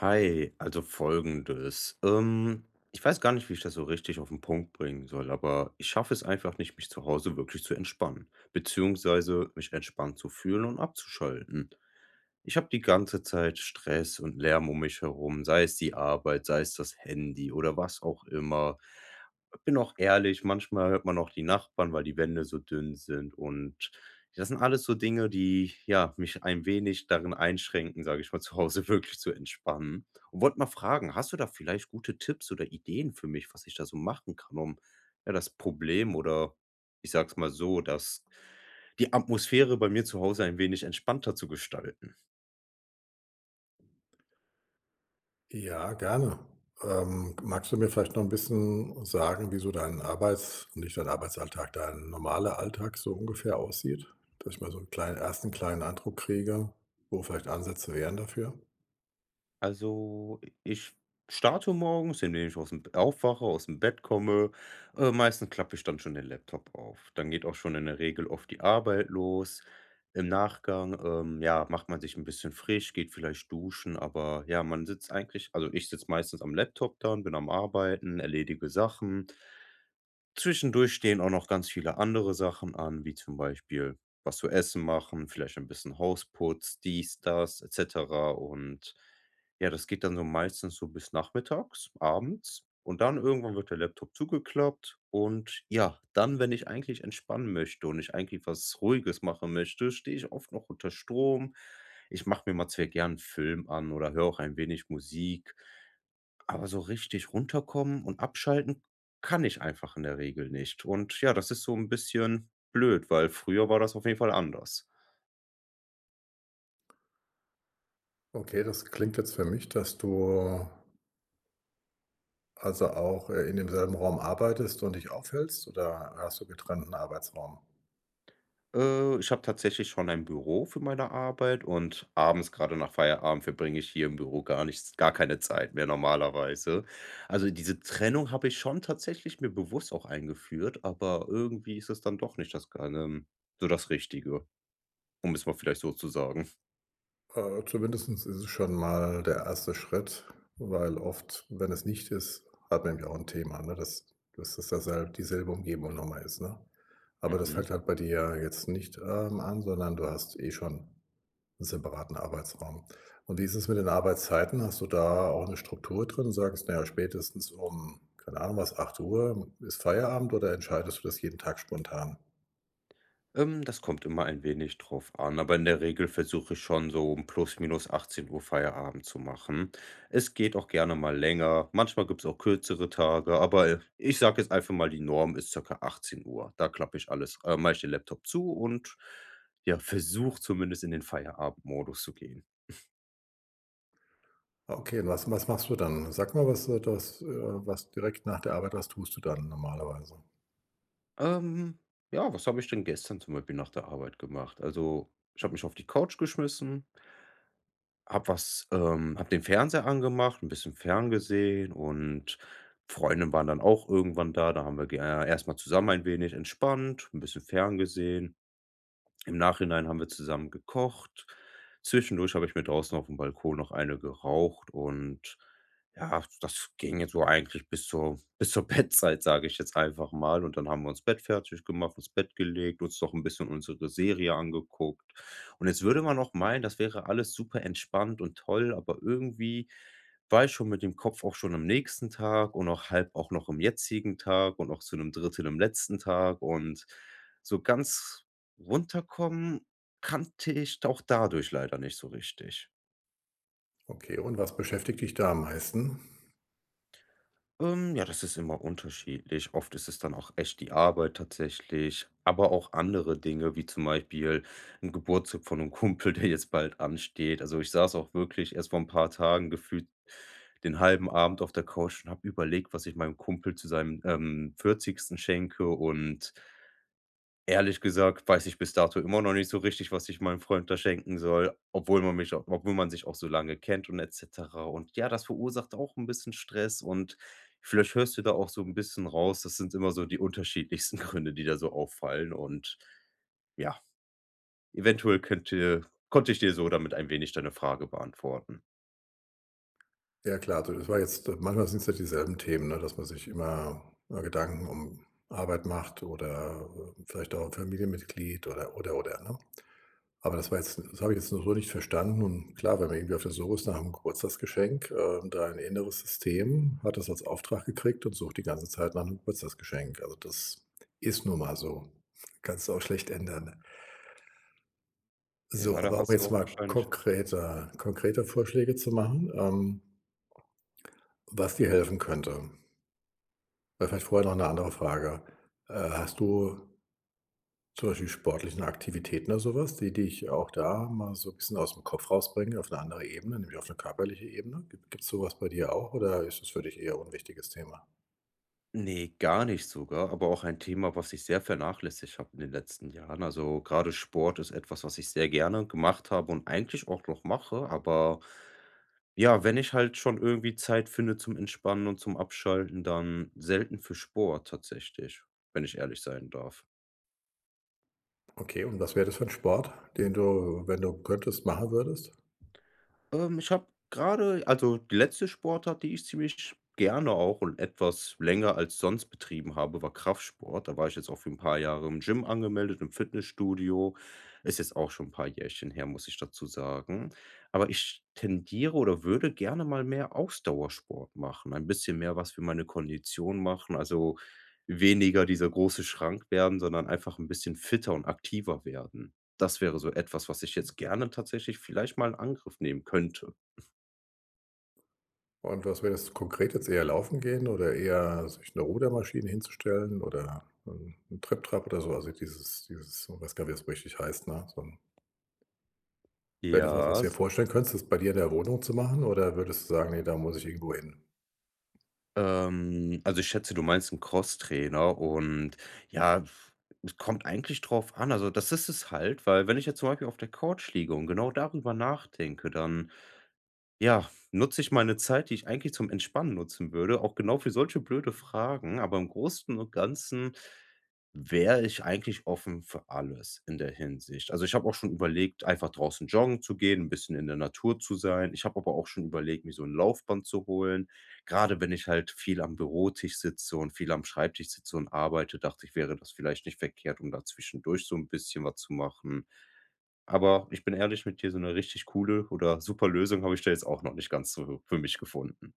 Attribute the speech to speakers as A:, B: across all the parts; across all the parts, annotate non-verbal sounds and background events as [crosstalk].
A: Hi, also Folgendes. Ich weiß gar nicht, wie ich das so richtig auf den Punkt bringen soll, aber ich schaffe es einfach nicht, mich zu Hause wirklich zu entspannen, beziehungsweise mich entspannt zu fühlen und abzuschalten. Ich habe die ganze Zeit Stress und Lärm um mich herum, sei es die Arbeit, sei es das Handy oder was auch immer. Bin auch ehrlich, manchmal hört man auch die Nachbarn, weil die Wände so dünn sind, und das sind alles so Dinge, die, ja, mich ein wenig darin einschränken, sage ich mal, [laughs] zu Hause wirklich zu entspannen. Und wollte mal fragen, hast du da vielleicht gute Tipps oder Ideen für mich, was ich da so machen kann, um, ja, das Problem oder, ich sage es mal so, dass die Atmosphäre bei mir zu Hause ein wenig entspannter zu gestalten?
B: Ja, gerne. Magst du mir vielleicht noch ein bisschen sagen, wie so dein Arbeits und nicht dein Arbeitsalltag, dein normaler Alltag so ungefähr aussieht? Dass ich mal so einen kleinen 1. kleinen Eindruck kriege, wo vielleicht Ansätze wären dafür?
A: Also, ich starte morgens, indem ich aus dem aufwache, aus dem Bett komme. Meistens klappe ich dann schon den Laptop auf. Dann geht auch schon in der Regel oft die Arbeit los. Im Nachgang, ja, macht man sich ein bisschen frisch, geht vielleicht duschen, aber ja, man sitzt eigentlich also, ich sitze meistens am Laptop dann, bin am Arbeiten, erledige Sachen. Zwischendurch stehen auch noch ganz viele andere Sachen an, wie zum Beispiel was zu essen machen, vielleicht ein bisschen Hausputz, dies, das et cetera. Und ja, das geht dann so meistens so bis nachmittags, abends. Und dann irgendwann wird der Laptop zugeklappt. Und ja, dann, wenn ich eigentlich entspannen möchte und ich eigentlich was Ruhiges machen möchte, stehe ich oft noch unter Strom. Ich mache mir mal sehr gern einen Film an oder höre auch ein wenig Musik. Aber so richtig runterkommen und abschalten kann ich einfach in der Regel nicht. Und ja, das ist so ein bisschen blöd, weil früher war das auf jeden Fall anders.
B: Okay, das klingt jetzt für mich, dass du also auch, in demselben Raum arbeitest und dich aufhältst, oder hast du getrennten Arbeitsraum?
A: Ich habe tatsächlich schon ein Büro für meine Arbeit, und abends, gerade nach Feierabend, verbringe ich hier im Büro gar keine Zeit mehr normalerweise. Also, diese Trennung habe ich schon tatsächlich mir bewusst auch eingeführt, aber irgendwie ist es dann doch nicht das, so das Richtige, um es mal vielleicht so zu sagen.
B: Zumindestens ist es schon mal der erste Schritt, weil oft, wenn es nicht ist, hat man ja auch ein Thema, ne, dass dass das dasselb dieselbe Umgebung noch mal ist, ne? Aber das
A: Mhm.
B: fällt halt bei dir ja jetzt nicht, an, sondern du hast eh schon einen separaten Arbeitsraum. Und wie ist es mit den Arbeitszeiten? Hast du da auch eine Struktur drin? Sagst: „Na ja, spätestens um, keine Ahnung was, 8 Uhr ist Feierabend“, oder entscheidest du das jeden Tag spontan?
A: Das kommt immer ein wenig drauf an, aber in der Regel versuche ich schon so um plus minus 18 Uhr Feierabend zu machen. Es geht auch gerne mal länger, manchmal gibt es auch kürzere Tage, aber ich sage jetzt einfach mal, die Norm ist circa 18 Uhr. Da klappe ich alles mache ich den Laptop zu und, ja, versuche zumindest in den Feierabendmodus zu gehen.
B: Okay, und was machst du dann? Sag mal, was du das, was direkt nach der Arbeit, was tust du dann normalerweise?
A: Ähm, ja, was habe ich denn gestern zum Beispiel nach der Arbeit gemacht? Also, ich habe mich auf die Couch geschmissen, habe den Fernseher angemacht, ein bisschen ferngesehen, und Freunde waren dann auch irgendwann da. Da haben wir ge erst zusammen ein wenig entspannt, ein bisschen ferngesehen. Im Nachhinein haben wir zusammen gekocht. Zwischendurch habe ich mir draußen auf dem Balkon noch eine geraucht, und ja, das ging jetzt so eigentlich bis zur [laughs] Bettzeit, sage ich jetzt einfach mal. Und dann haben wir uns Bett fertig gemacht, ins Bett gelegt, uns noch ein bisschen unsere Serie angeguckt. Und jetzt würde man noch meinen, das wäre alles super entspannt und toll, aber irgendwie war ich schon mit dem Kopf auch schon am nächsten Tag und auch halb auch noch im jetzigen Tag und auch zu einem Drittel im letzten Tag, und so ganz Runterkommen kannte ich auch dadurch leider nicht so richtig.
B: Okay, und was beschäftigt dich da am meisten?
A: Ja, das ist immer unterschiedlich. Oft ist es dann auch echt die Arbeit tatsächlich, aber auch andere Dinge, wie zum Beispiel ein Geburtstag von einem Kumpel, [laughs] der jetzt bald ansteht. Also, ich saß auch wirklich erst vor ein paar Tagen gefühlt den halben Abend auf der Couch und habe überlegt, was ich meinem Kumpel zu seinem, 40. schenke, und ehrlich gesagt, weiß ich bis dato immer noch nicht so richtig, was ich meinem Freund da schenken soll, obwohl man sich auch so lange kennt und et cetera. Und ja, das verursacht auch 'n bisschen Stress, und vielleicht hörst du da auch so 'n bisschen raus. Das sind immer so die unterschiedlichsten [laughs] Gründe, die da so auffallen. Und ja, eventuell könnte konnte ich dir so damit ein wenig deine Frage beantworten.
B: Ja klar, du, das war jetzt manchmal sind es ja dieselben Themen, ne, dass man sich immer, Gedanken um Arbeit macht oder, vielleicht auch 'n Familienmitglied oder, ne? Aber das war jetzt das habe ich jetzt nur so nicht verstanden. Und klar, wenn man irgendwie auf der Suche ist nach 'nem Geburtstagsgeschenk, dein inneres System hat das als Auftrag gekriegt und sucht die ganze Zeit nach 'nem Geburtstagsgeschenk. Also, das ist nun mal so. Kannst du auch schlecht ändern. So,
A: Ja, da
B: aber um
A: hast du
B: jetzt
A: auch
B: mal
A: wahrscheinlich recht.
B: konkreter Vorschläge zu machen, was dir helfen könnte. Oder vielleicht vorher noch eine andere Frage. Hast du zum Beispiel sportlichen Aktivitäten oder sowas, die ich auch da mal so 'n bisschen aus dem Kopf rausbringe auf eine andere Ebene, nämlich auf eine körperliche Ebene. Gibt's sowas bei dir auch, oder ist es für dich eher ein unwichtiges Thema?
A: Ne, gar nicht sogar, aber auch ein Thema, was ich sehr vernachlässigt habe in den letzten Jahren. Also, gerade Sport ist etwas, was ich sehr gerne gemacht habe und eigentlich auch noch mache, aber ja, wenn ich halt schon irgendwie Zeit finde zum Entspannen und zum Abschalten, dann selten für Sport tatsächlich, wenn ich ehrlich sein darf.
B: Okay, und was wäre das für ein Sport, den du, wenn du könntest, machen würdest?
A: Ich habe gerade, also, die letzte Sportart, die ich ziemlich gerne auch und etwas länger als sonst betrieben habe, war Kraftsport. Da war ich jetzt auch für ein paar Jahre im Gym angemeldet, im Fitnessstudio. Ist jetzt auch schon ein paar Jährchen her, muss ich dazu sagen. Aber ich tendiere oder würde gerne mal mehr Ausdauersport machen, ein bisschen mehr was für meine Kondition machen, also, weniger dieser große Schrank werden, sondern einfach ein bisschen fitter und aktiver werden. Das wäre so etwas, was ich jetzt gerne tatsächlich vielleicht mal in Angriff nehmen könnte.
B: Und was wäre das konkret, jetzt eher laufen gehen oder eher sich eine Rudermaschine hinzustellen oder ein 'n Trip-Trap oder so? Also dieses ich weiß gar nicht, wie es richtig heißt, ne? So 'n, wäre das was, was
A: Ja,
B: du dir
A: s
B: vorstellen könntest, das bei dir in der Wohnung zu machen, oder würdest du sagen: „Nee, da muss ich irgendwo hin?“
A: Also, ich schätze, du meinst 'n Crosstrainer, und ja, es kommt eigentlich drauf an. Also, das ist es halt, weil wenn ich jetzt zum Beispiel auf der Couch liege und genau darüber nachdenke, dann ja, nutze ich meine Zeit, die ich eigentlich zum Entspannen nutzen würde, auch genau für solche blöde Fragen, aber im Großen und Ganzen wäre ich eigentlich offen für alles in der Hinsicht. Also, ich habe auch schon überlegt, einfach draußen joggen zu gehen, ein bisschen in der Natur zu sein. Ich habe aber auch schon überlegt, mir so ein Laufband zu holen. Gerade wenn ich halt viel am Bürotisch sitze und viel am Schreibtisch sitze und arbeite, dachte ich, wäre das vielleicht nicht verkehrt, um da zwischendurch so ein bisschen was zu machen. Aber ich bin ehrlich mit dir, so eine richtig coole oder super Lösung habe ich da jetzt auch noch nicht ganz so für mich gefunden.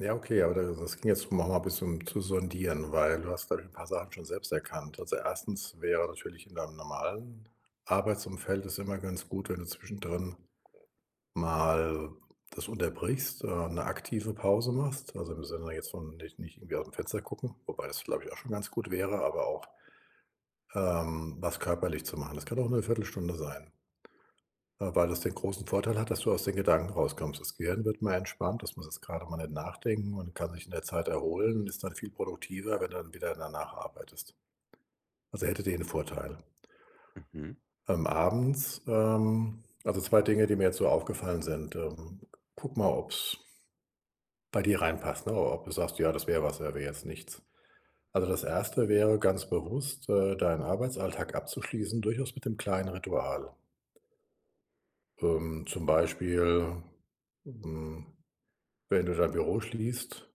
B: Ja, okay, aber da das ging jetzt um, noch mal 'n bisschen zu sondieren, weil du hast, glaube ich, 'n paar Sachen schon selbst erkannt. Also, erstens wäre natürlich in deinem normalen Arbeitsumfeld es immer ganz gut, wenn du zwischendrin mal das unterbrichst, 'ne aktive Pause machst. Also, im Sinne jetzt von nicht irgendwie aus dem Fenster gucken, wobei das, glaube ich, auch schon ganz gut wäre, aber auch, was körperlich zu machen. Das kann auch eine Viertelstunde sein. Weil das den großen Vorteil hat, dass du aus den Gedanken rauskommst. Das Gehirn wird mal entspannt, das muss jetzt gerade mal nicht nachdenken und kann sich in der Zeit erholen und ist dann viel produktiver, wenn du dann wieder danach arbeitest. Also, hätte den Vorteil.
A: Mhm,
B: Abends, also 2 Dinge, die mir jetzt so aufgefallen sind. Guck mal, ob's bei dir reinpasst, ne? Ob du sagst: „Ja, das wäre was, wäre jetzt nichts.“ Also, das erste wäre ganz bewusst, deinen Arbeitsalltag abzuschließen, durchaus mit dem kleinen Ritual. Zum Beispiel, hm wenn du dein Büro schließt,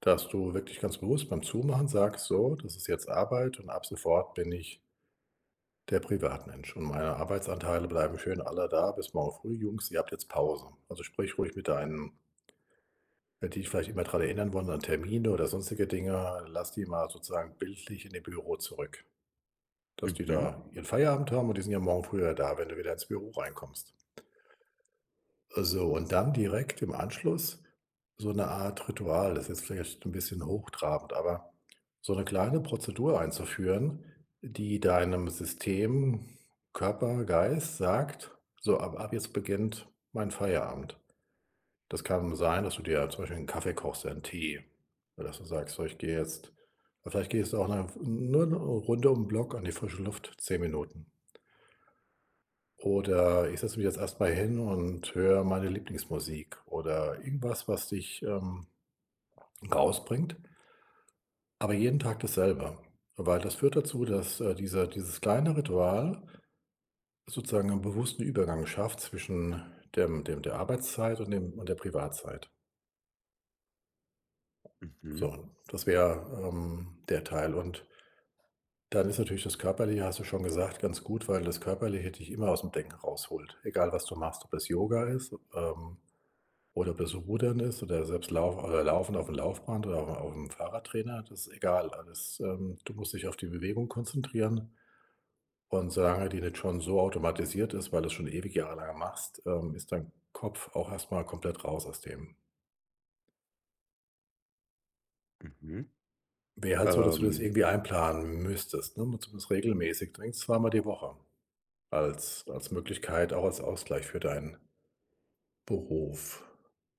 B: dass du wirklich ganz bewusst beim Zumachen sagst: „So, das ist jetzt Arbeit und ab sofort bin ich der Privatmensch und meine Arbeitsanteile bleiben schön alle da bis morgen früh. Jungs, ihr habt jetzt Pause.“ Also, sprich ruhig mit deinen, wenn die dich vielleicht immer dran erinnern wollen an Termine oder sonstige Dinge, lass die mal sozusagen bildlich in dem Büro zurück, dass die
A: mhm,
B: da ihren Feierabend haben und die sind ja morgen früher da, wenn du wieder ins Büro reinkommst. So, und dann direkt im Anschluss so eine Art Ritual, das ist jetzt vielleicht ein bisschen hochtrabend, aber so eine kleine Prozedur einzuführen, die deinem System, Körper, Geist sagt: „So, ab jetzt beginnt mein Feierabend.“ Das kann sein, dass du dir zum Beispiel einen Kaffee kochst, einen Tee, oder dass du sagst: „So, ich gehe jetzt“, vielleicht gehst du auch 'ne, nur 'ne Runde um 'n Block an die frische Luft, 10 Minuten. Oder ich setze mich jetzt erstmal hin und höre meine Lieblingsmusik oder irgendwas, was dich, rausbringt, aber jeden Tag dasselbe. Weil das führt dazu, dass, dieser dieses kleine Ritual sozusagen einen bewussten Übergang schafft zwischen dem der Arbeitszeit und dem und der Privatzeit.
A: mhm,
B: So, das wäre, der Teil. Und dann ist natürlich das Körperliche, hast du schon gesagt, ganz gut, weil das Körperliche dich immer aus dem Denken rausholt, egal was du machst, ob das Yoga ist, oder ob das so Rudern ist oder selbst Lauf oder Laufen aufm Laufband oder auf dem Fahrradtrainer, das ist egal alles. Du musst dich auf die Bewegung konzentrieren, und solange die nicht schon so automatisiert ist, weil du es schon ewig jahrelang machst, ist dein Kopf auch erstmal komplett raus aus dem.
A: mhm.
B: Wäre halt so, dass du das
A: Ähm,
B: irgendwie einplanen müsstest, ne, zumindest regelmäßig, dringend 2-mal die Woche als Möglichkeit, auch als Ausgleich für deinen Beruf.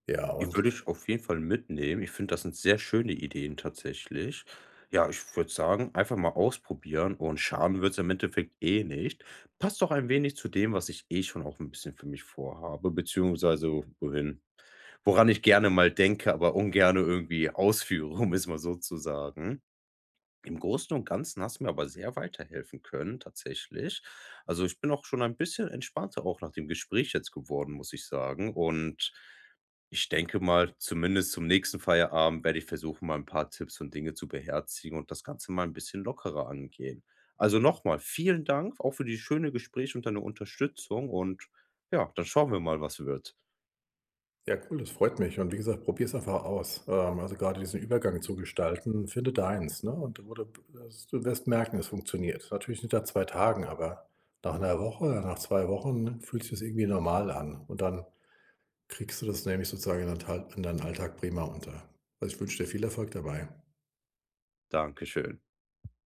B: Ja,
A: Die
B: und
A: würde ich auf jeden Fall mitnehmen. Ich finde, das sind sehr schöne Ideen tatsächlich. Ja, ich würde sagen, einfach mal ausprobieren, und schaden wird es im Endeffekt eh nicht. Passt doch ein wenig zu dem, was ich eh schon auch ein bisschen für mich vorhabe, beziehungsweise wohin woran ich gerne mal denke, aber ungerne irgendwie ausführe, [laughs] um es mal so zu sagen. Im Großen und Ganzen hast du mir aber sehr weiterhelfen können, tatsächlich. Also, ich bin auch schon ein bisschen entspannter auch nach dem Gespräch jetzt geworden, muss ich sagen. Und ich denke mal, zumindest zum nächsten Feierabend werde ich versuchen, mal ein paar Tipps und Dinge zu beherzigen und das Ganze mal ein bisschen lockerer angehen. Also, nochmal vielen Dank auch für die schöne Gespräche und deine Unterstützung und ja, dann schauen wir mal, was wird.
B: ja, cool, das freut mich. Und wie gesagt, probier's einfach aus. Also gerade diesen Übergang zu gestalten, finde deins, ne? Und wo du das, du wirst merken, es funktioniert. Natürlich nicht nach 2 Tagen, aber nach einer Woche, nach 2 Wochen fühlt sich das irgendwie normal an. Und dann kriegst du das nämlich sozusagen in deinen Tal in deinen Alltag prima unter. Also, ich wünsche dir viel Erfolg dabei.
A: Dankeschön.